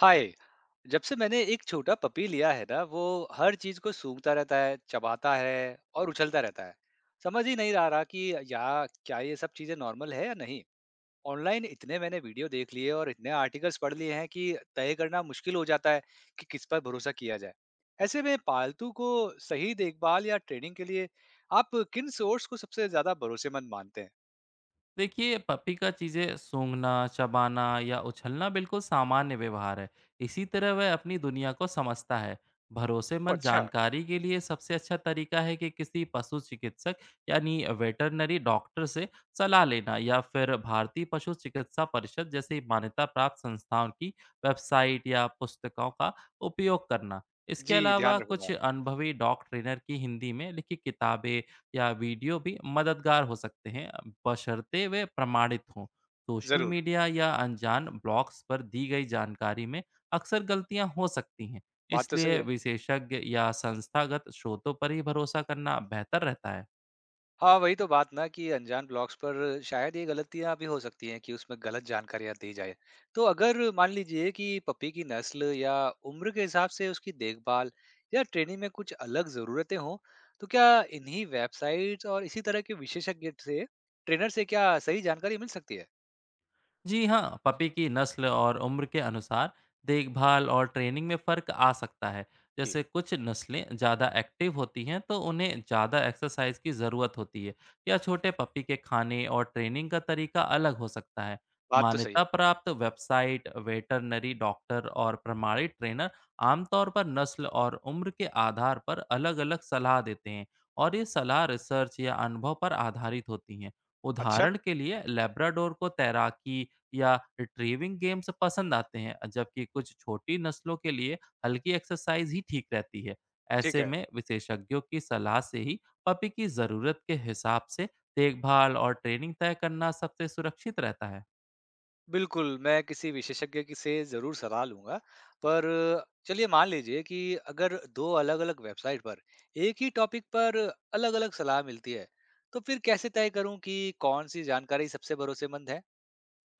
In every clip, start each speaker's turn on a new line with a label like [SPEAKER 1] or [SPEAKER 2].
[SPEAKER 1] हाय। जब से मैंने एक छोटा पपी लिया है ना वो हर चीज को सूंघता रहता है, चबाता है और उछलता रहता है। समझ ही नहीं आ रहा कि क्या ये सब चीजें नॉर्मल है या नहीं। ऑनलाइन इतने मैंने वीडियो देख लिए और इतने आर्टिकल्स पढ़ लिए हैं कि तय करना मुश्किल हो जाता है कि किस पर भरोसा किया जाए। ऐसे में पालतू को सही देखभाल या ट्रेनिंग के लिए आप किन सोर्स को सबसे ज्यादा भरोसेमंद मानते हैं?
[SPEAKER 2] देखिए पपी का चीज़ें सूंघना चबाना या उछलना बिल्कुल सामान्य व्यवहार है। इसी तरह वह अपनी दुनिया को समझता है। भरोसेमंद
[SPEAKER 1] अच्छा।
[SPEAKER 2] जानकारी के लिए सबसे अच्छा तरीका है कि किसी पशु चिकित्सक यानी वेटरनरी डॉक्टर से सलाह लेना या फिर भारतीय पशु चिकित्सा परिषद जैसी मान्यता प्राप्त संस्थाओं की वेबसाइट या पुस्तकों का उपयोग करना। इसके
[SPEAKER 1] जी,
[SPEAKER 2] अलावा
[SPEAKER 1] ध्यान
[SPEAKER 2] कुछ
[SPEAKER 1] रखूंगा।
[SPEAKER 2] अनुभवी डॉग ट्रेनर की हिंदी में लिखी किताबें या वीडियो भी मददगार हो सकते हैं, बशर्ते वे प्रमाणित हों। सोशल
[SPEAKER 1] जरूर।
[SPEAKER 2] मीडिया या अनजान ब्लॉग्स पर दी गई जानकारी में अक्सर गलतियाँ हो सकती हैं,
[SPEAKER 1] बात तो सही
[SPEAKER 2] इसलिए
[SPEAKER 1] है।
[SPEAKER 2] विशेषज्ञ या संस्थागत स्रोतों पर ही भरोसा करना बेहतर रहता है।
[SPEAKER 1] हाँ, वही तो बात ना कि अनजान ब्लॉग्स पर शायद ये गलतियाँ भी हो सकती हैं कि उसमें गलत जानकारियाँ दी जाए। तो अगर मान लीजिए कि पपी की नस्ल या उम्र के हिसाब से उसकी देखभाल या ट्रेनिंग में कुछ अलग ज़रूरतें हों, तो क्या इन्हीं वेबसाइट्स और इसी तरह के विशेषज्ञ से ट्रेनर से क्या सही जानकारी मिल सकती है?
[SPEAKER 2] जी हाँ, पपी की नस्ल और उम्र के अनुसार देखभाल और ट्रेनिंग में फ़र्क आ सकता है।
[SPEAKER 1] जी।
[SPEAKER 2] जैसे कुछ नस्लें ज़्यादा एक्टिव होती हैं तो उन्हें ज़्यादा एक्सरसाइज की ज़रूरत होती है, या छोटे पपी के खाने और ट्रेनिंग का तरीका अलग हो सकता है।
[SPEAKER 1] बात तो सही
[SPEAKER 2] मान्यता
[SPEAKER 1] है।
[SPEAKER 2] प्राप्त वेबसाइट, वेटरनरी डॉक्टर और प्रमाणित ट्रेनर आमतौर पर नस्ल और उम्र के आधार पर अलग-अलग सलाह देते हैं, और ये सलाह रिसर्च या अनुभव पर आधारित होती हैं।
[SPEAKER 1] अच्छा।
[SPEAKER 2] उदाहरण के लिए, लेब्राडोर को तैराकी या रिट्रीविंग गेम्स पसंद आते हैं, जबकि कुछ छोटी नस्लों के लिए हल्की एक्सरसाइज ही ठीक रहती है।
[SPEAKER 1] ठीक
[SPEAKER 2] ऐसे
[SPEAKER 1] है।
[SPEAKER 2] में विशेषज्ञों की सलाह से ही पपी की ज़रूरत के हिसाब से देखभाल और ट्रेनिंग तय करना सबसे सुरक्षित रहता है।
[SPEAKER 1] बिल्कुल, मैं किसी विशेषज्ञ की से ज़रूर सलाह लूँगा। पर चलिए मान लीजिए कि अगर 2 अलग-अलग वेबसाइट पर एक ही टॉपिक पर अलग-अलग सलाह मिलती है, तो फिर कैसे तय करूँ कि कौन-सी जानकारी सबसे भरोसेमंद है?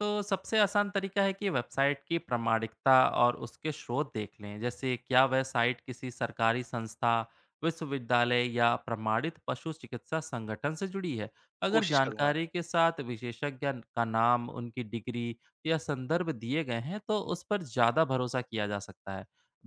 [SPEAKER 2] तो सबसे आसान तरीका है कि वेबसाइट की प्रामाणिकता और उसके स्रोत देख लें। जैसे क्या वह साइट किसी सरकारी संस्था, विश्वविद्यालय या प्रमाणित पशु चिकित्सा संगठन से जुड़ी है। अगर
[SPEAKER 1] कोशिश करूँगा।
[SPEAKER 2] जानकारी के साथ विशेषज्ञ का नाम, उनकी डिग्री या संदर्भ दिए गए हैं, तो उस पर ज़्यादा भरोसा किया जा सकता है।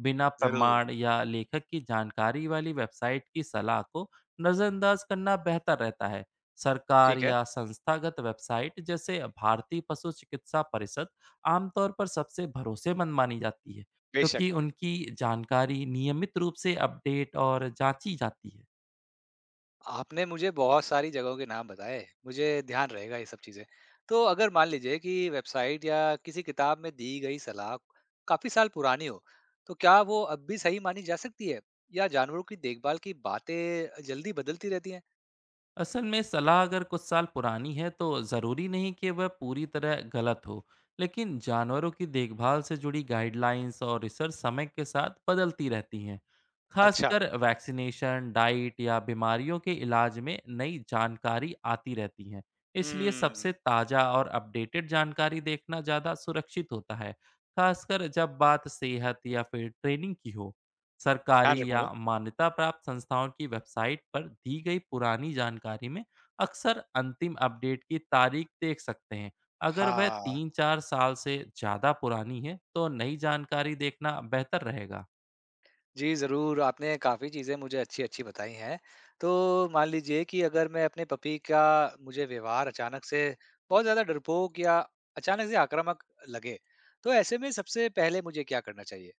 [SPEAKER 2] बिना
[SPEAKER 1] ज़रूर।
[SPEAKER 2] प्रमाण या लेखक की जानकारी वाली वेबसाइट की सलाह को नज़रअंदाज करना बेहतर रहता है। सरकार
[SPEAKER 1] ठीक है।
[SPEAKER 2] या संस्थागत वेबसाइट जैसे भारतीय पशु चिकित्सा परिषद आमतौर पर सबसे भरोसेमंद मानी जाती है,
[SPEAKER 1] बेशक।
[SPEAKER 2] क्योंकि उनकी जानकारी नियमित रूप से अपडेट और जांची जाती है।
[SPEAKER 1] आपने मुझे बहुत सारी जगहों के नाम बताए, मुझे ध्यान रहेगा ये सब चीज़ें। तो अगर मान लीजिए कि वेबसाइट या किसी किताब में दी गई सलाह काफ़ी साल पुरानी हो, तो क्या वो अब भी सही मानी जा सकती है? या जानवरों की देखभाल की बातें जल्दी बदलती रहती हैं?
[SPEAKER 2] असल में सलाह अगर कुछ साल पुरानी है तो ज़रूरी नहीं कि वह पूरी तरह गलत हो, लेकिन जानवरों की देखभाल से जुड़ी गाइडलाइंस और रिसर्च समय के साथ बदलती रहती हैं।
[SPEAKER 1] अच्छा।
[SPEAKER 2] खासकर वैक्सीनेशन, डाइट या बीमारियों के इलाज में नई जानकारी आती रहती है। इसलिए
[SPEAKER 1] हुँ।
[SPEAKER 2] सबसे ताज़ा और अपडेटेड जानकारी देखना ज़्यादा सुरक्षित होता है, खासकर जब बात सेहत या फिर ट्रेनिंग की हो।
[SPEAKER 1] ध्यान
[SPEAKER 2] सरकारी या
[SPEAKER 1] रखूँगा।
[SPEAKER 2] मान्यता प्राप्त संस्थाओं की वेबसाइट पर दी गई पुरानी जानकारी में अक्सर अंतिम अपडेट की तारीख देख सकते हैं। अगर वह
[SPEAKER 1] हाँ।
[SPEAKER 2] तीन चार साल से ज़्यादा पुरानी है, तो नई जानकारी देखना बेहतर रहेगा।
[SPEAKER 1] जी, ज़रूर, आपने काफ़ी चीज़ें मुझे अच्छी-अच्छी बताई हैं। तो मान लीजिए कि अगर मैं अपने पति का मुझे व्यवहार अचानक से बहुत ज़्यादा डरपोक या अचानक से आक्रामक लगे, तो ऐसे में सबसे पहले मुझे क्या करना चाहिए?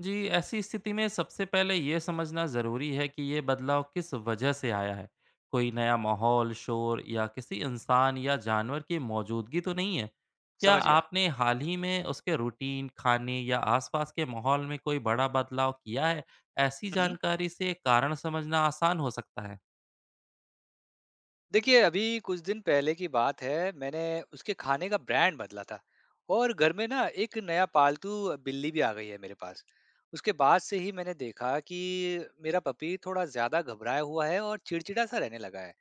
[SPEAKER 2] जी, ऐसी स्थिति में सबसे पहले ये समझना ज़रूरी है कि ये बदलाव किस वजह से आया है। कोई नया माहौल, शोर या किसी इंसान या जानवर की मौजूदगी तो नहीं है। क्या
[SPEAKER 1] समझ गया।
[SPEAKER 2] आपने हाल ही में उसके रूटीन, खाने या आसपास के माहौल में कोई बड़ा बदलाव किया है? ऐसी
[SPEAKER 1] हुँ, हुँ।
[SPEAKER 2] जानकारी से कारण समझना आसान हो सकता है।
[SPEAKER 1] देखिए, अभी कुछ दिन पहले की बात है, मैंने उसके खाने का ब्रांड बदला था और घर में ना एक नया पालतू बिल्ली भी आ गई है मेरे पास। उसके बाद से ही मैंने देखा कि मेरा पपी थोड़ा ज़्यादा घबराया हुआ है और चिड़चिड़ा-सा रहने लगा है।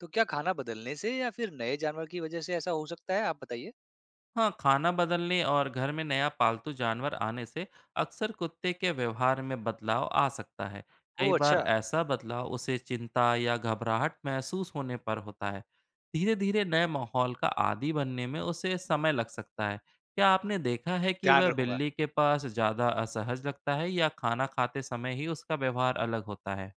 [SPEAKER 1] तो क्या खाना बदलने से या फिर नए जानवर की वजह से ऐसा हो सकता है? आप बताइए।
[SPEAKER 2] हाँ, खाना बदलने और घर में नया पालतू जानवर आने से अक्सर कुत्ते के व्यवहार में बदलाव आ सकता है। कई
[SPEAKER 1] ओह,
[SPEAKER 2] बार
[SPEAKER 1] अच्छा।
[SPEAKER 2] ऐसा बदलाव उसे चिंता या घबराहट महसूस होने पर होता है। धीरे धीरे नए माहौल का आदी बनने में उसे समय लग सकता है। क्या आपने देखा है कि
[SPEAKER 1] ध्यान
[SPEAKER 2] वह
[SPEAKER 1] रखूंगा।
[SPEAKER 2] बिल्ली के पास ज़्यादा असहज लगता है, या खाना खाते समय ही उसका व्यवहार अलग होता है?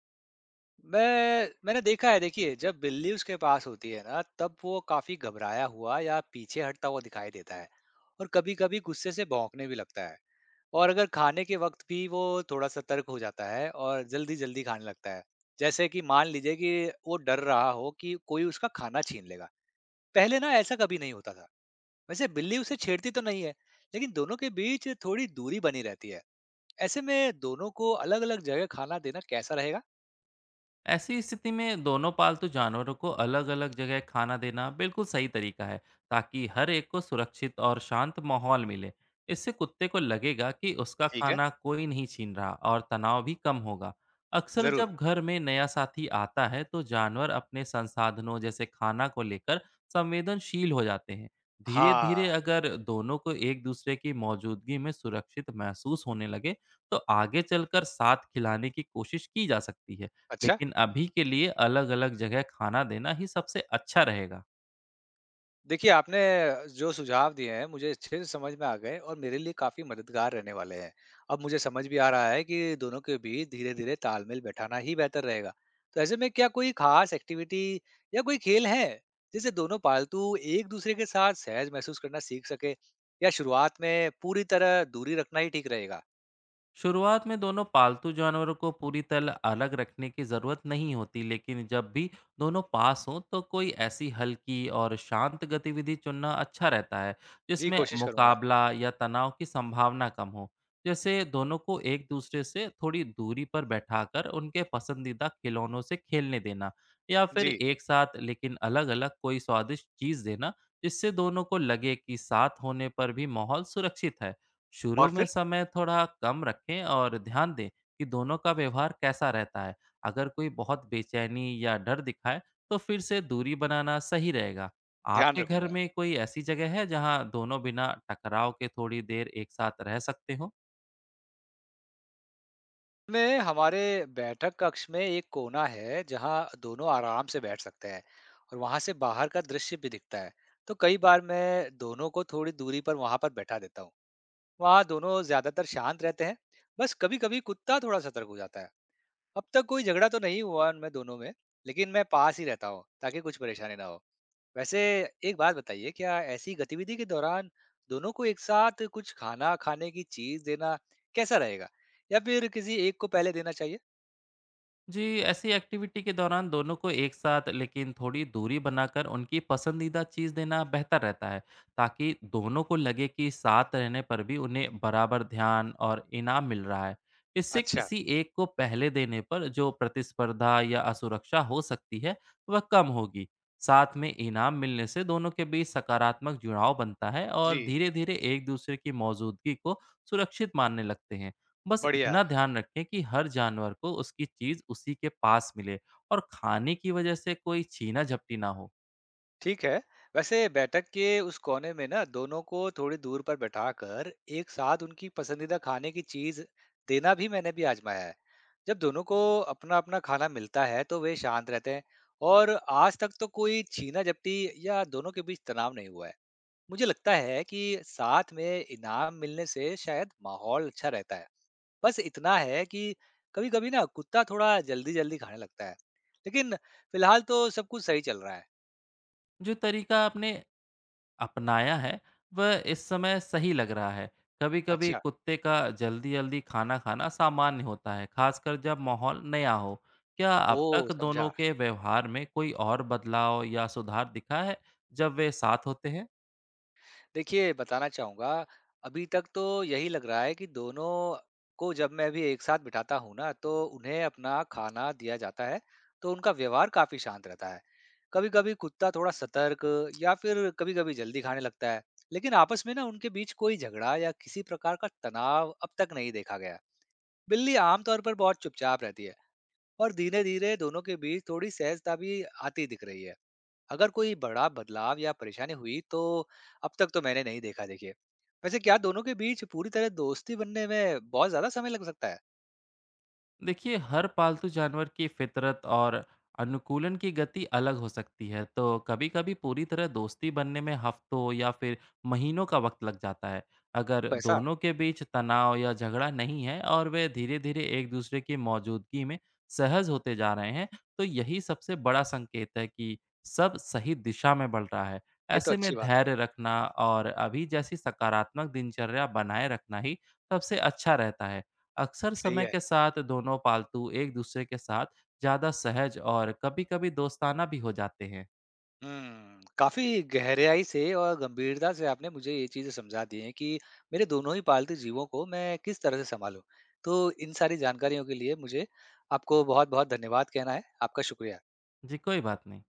[SPEAKER 1] मैंने देखा है। देखिए, जब बिल्ली उसके पास होती है ना तब वो काफी घबराया हुआ या पीछे हटता हुआ दिखाई देता है और कभी-कभी गुस्से से भौंकने भी लगता है। और अगर खाने के वक्त भी वो थोड़ा सतर्क हो जाता है और जल्दी-जल्दी खाने लगता है, जैसे कि मान लीजिए कि वो डर रहा हो कि कोई उसका खाना छीन लेगा। पहले ना ऐसा कभी नहीं होता था। वैसे बिल्ली उसे छेड़ती तो नहीं है, लेकिन दोनों के बीच थोड़ी दूरी बनी रहती है। ऐसे में दोनों को अलग अलग जगह खाना देना कैसा रहेगा?
[SPEAKER 2] ऐसी स्थिति में दोनों पालतू जानवरों को अलग अलग जगह खाना देना बिल्कुल सही तरीका है, ताकि हर एक को सुरक्षित और शांत माहौल मिले। इससे कुत्ते को लगेगा कि उसका
[SPEAKER 1] ठीक है।
[SPEAKER 2] खाना कोई नहीं छीन रहा, और तनाव भी कम होगा। अक्सर
[SPEAKER 1] जरूर।
[SPEAKER 2] जब घर में नया साथी आता है, तो जानवर अपने संसाधनों जैसे खाना को लेकर संवेदनशील हो जाते हैं। धीरे
[SPEAKER 1] हाँ।
[SPEAKER 2] धीरे अगर दोनों को एक दूसरे की मौजूदगी में सुरक्षित महसूस होने लगे, तो आगे चलकर साथ खिलाने की कोशिश की जा सकती है।
[SPEAKER 1] अच्छा।
[SPEAKER 2] लेकिन अभी के लिए अलग-अलग जगह खाना देना ही सबसे अच्छा रहेगा।
[SPEAKER 1] देखिए, आपने जो सुझाव दिए हैं, मुझे अच्छे से समझ में आ गए और मेरे लिए काफ़ी मददगार रहने वाले हैं। अब मुझे समझ भी आ रहा है कि दोनों के बीच धीरे-धीरे तालमेल बैठाना ही बेहतर रहेगा। तो ऐसे में क्या कोई ख़ास एक्टिविटी या कोई खेल है, जिससे दोनों पालतू एक-दूसरे के साथ सहज महसूस करना सीख सकें? या शुरुआत में पूरी तरह दूरी रखना ही ठीक रहेगा?
[SPEAKER 2] शुरुआत में दोनों पालतू जानवरों को पूरी तरह अलग रखने की ज़रूरत नहीं होती, लेकिन जब भी दोनों पास हों तो कोई ऐसी हल्की और शांत गतिविधि चुनना अच्छा रहता है,
[SPEAKER 1] जी,
[SPEAKER 2] जिसमें
[SPEAKER 1] कोशिश करूँगा।
[SPEAKER 2] मुकाबला या तनाव की संभावना कम हो। जैसे दोनों को एक दूसरे से थोड़ी दूरी पर बैठाकर उनके पसंदीदा खिलौनों से खेलने देना, या फिर
[SPEAKER 1] जी।
[SPEAKER 2] एक साथ लेकिन अलग अलग कोई स्वादिष्ट चीज़ देना, जिससे दोनों को लगे कि साथ होने पर भी माहौल सुरक्षित है। शुरू
[SPEAKER 1] और
[SPEAKER 2] में
[SPEAKER 1] फिर
[SPEAKER 2] समय थोड़ा कम रखें और ध्यान दें कि दोनों का व्यवहार कैसा रहता है। अगर कोई बहुत बेचैनी या डर दिखाए, तो फिर से दूरी बनाना सही रहेगा।
[SPEAKER 1] ध्यान
[SPEAKER 2] आपके घर
[SPEAKER 1] रखूँगा।
[SPEAKER 2] में कोई ऐसी जगह है जहां दोनों बिना टकराव के थोड़ी देर एक साथ रह सकते हो?
[SPEAKER 1] में हमारे बैठक कक्ष में एक कोना है जहां दोनों आराम से बैठ सकते हैं और वहां से बाहर का दृश्य भी दिखता है। तो कई बार मैं दोनों को थोड़ी दूरी पर वहां पर बैठा देता हूँ। वहां दोनों ज्यादातर शांत रहते हैं, बस कभी कभी कुत्ता थोड़ा सतर्क हो जाता है। अब तक कोई झगड़ा तो नहीं हुआ उनमें दोनों में, लेकिन मैं पास ही रहता हूँ ताकि कुछ परेशानी ना हो। वैसे एक बात बताइए, क्या ऐसी गतिविधि के दौरान दोनों को एक साथ कुछ खाना खाने की चीज देना कैसा रहेगा? या फिर किसी एक को पहले देना चाहिए?
[SPEAKER 2] जी, ऐसी एक्टिविटी के दौरान दोनों को एक साथ लेकिन थोड़ी दूरी बनाकर उनकी पसंदीदा चीज़ देना बेहतर रहता है, ताकि दोनों को लगे कि साथ रहने पर भी उन्हें बराबर ध्यान और इनाम मिल रहा है। इससे
[SPEAKER 1] अच्छा।
[SPEAKER 2] किसी एक को पहले देने पर जो प्रतिस्पर्धा या असुरक्षा हो सकती है, वह कम होगी। साथ में इनाम मिलने से दोनों के बीच सकारात्मक जुड़ाव बनता है,
[SPEAKER 1] जी।
[SPEAKER 2] और धीरे धीरे एक दूसरे की मौजूदगी को सुरक्षित मानने लगते हैं। बस
[SPEAKER 1] बढ़िया।
[SPEAKER 2] इतना ध्यान रखें कि हर जानवर को उसकी चीज उसी के पास मिले, और खाने की वजह से कोई छीना झपटी ना हो।
[SPEAKER 1] ठीक है। वैसे बैठक के उस कोने में ना दोनों को थोड़ी दूर पर बैठाकर एक साथ उनकी पसंदीदा खाने की चीज़ देना भी मैंने भी आज़माया है। जब दोनों को अपना-अपना खाना मिलता है तो वे शांत रहते हैं और आज तक तो कोई छीना-झपटी या दोनों के बीच तनाव नहीं हुआ है। मुझे लगता है कि साथ में इनाम मिलने से शायद माहौल अच्छा रहता है। बस इतना है कि कभी-कभी ना कुत्ता थोड़ा जल्दी-जल्दी खाने लगता है, लेकिन फिलहाल तो सब कुछ सही चल रहा है।
[SPEAKER 2] जो तरीका आपने अपनाया है, वह इस समय सही लग रहा है। कभी कभी
[SPEAKER 1] अच्छा।
[SPEAKER 2] कुत्ते का जल्दी जल्दी खाना खाना सामान्य होता है, खासकर जब माहौल नया हो। क्या अब
[SPEAKER 1] ओह!
[SPEAKER 2] तक दोनों
[SPEAKER 1] समझा।
[SPEAKER 2] के व्यवहार में कोई और बदलाव या सुधार दिखा है, जब वे साथ होते हैं?
[SPEAKER 1] देखिए, बताना चाहूँगा, अभी तक तो यही लग रहा है कि दोनों को जब मैं भी एक साथ बिठाता हूँ ना, तो उन्हें अपना खाना दिया जाता है, तो उनका व्यवहार काफ़ी शांत रहता है। कभी-कभी कुत्ता थोड़ा सतर्क या फिर कभी-कभी जल्दी खाने लगता है, लेकिन आपस में ना उनके बीच कोई झगड़ा या किसी प्रकार का तनाव अब तक नहीं देखा गया। बिल्ली आमतौर पर बहुत चुपचाप रहती है और धीरे धीरे दोनों के बीच थोड़ी सहजता भी आती दिख रही है। अगर कोई बड़ा बदलाव या परेशानी हुई तो अब तक तो मैंने नहीं देखा। देखिए, वैसे क्या दोनों के बीच पूरी तरह दोस्ती बनने में बहुत ज्यादा समय लग सकता है?
[SPEAKER 2] देखिए, हर पालतू जानवर की फितरत और अनुकूलन की गति अलग हो सकती है, तो कभी-कभी पूरी तरह दोस्ती बनने में हफ्तों या फिर महीनों का वक्त लग जाता है। अगर
[SPEAKER 1] ऐसा?
[SPEAKER 2] दोनों के बीच तनाव या झगड़ा नहीं है, और वे धीरे-धीरे एक दूसरे की मौजूदगी में सहज होते जा रहे हैं, तो यही सबसे बड़ा संकेत है कि सब सही दिशा में बढ़ रहा है।
[SPEAKER 1] ये तो
[SPEAKER 2] ऐसे में
[SPEAKER 1] अच्छी बात है।
[SPEAKER 2] धैर्य रखना और अभी जैसी सकारात्मक दिनचर्या बनाए रखना ही सबसे अच्छा रहता है। अक्सर
[SPEAKER 1] सही
[SPEAKER 2] समय
[SPEAKER 1] है।
[SPEAKER 2] के साथ दोनों पालतू एक दूसरे के साथ ज़्यादा सहज और कभी-कभी दोस्ताना भी हो जाते हैं।
[SPEAKER 1] हम्म, काफी गहराई से और गंभीरता से आपने मुझे ये चीजें समझा दी हैं कि मेरे दोनों ही पालतू जीवों को मैं किस तरह से संभालूं। तो इन सारी जानकारियों के लिए मुझे आपको बहुत बहुत धन्यवाद कहना है। आपका शुक्रिया।
[SPEAKER 2] जी, कोई बात नहीं।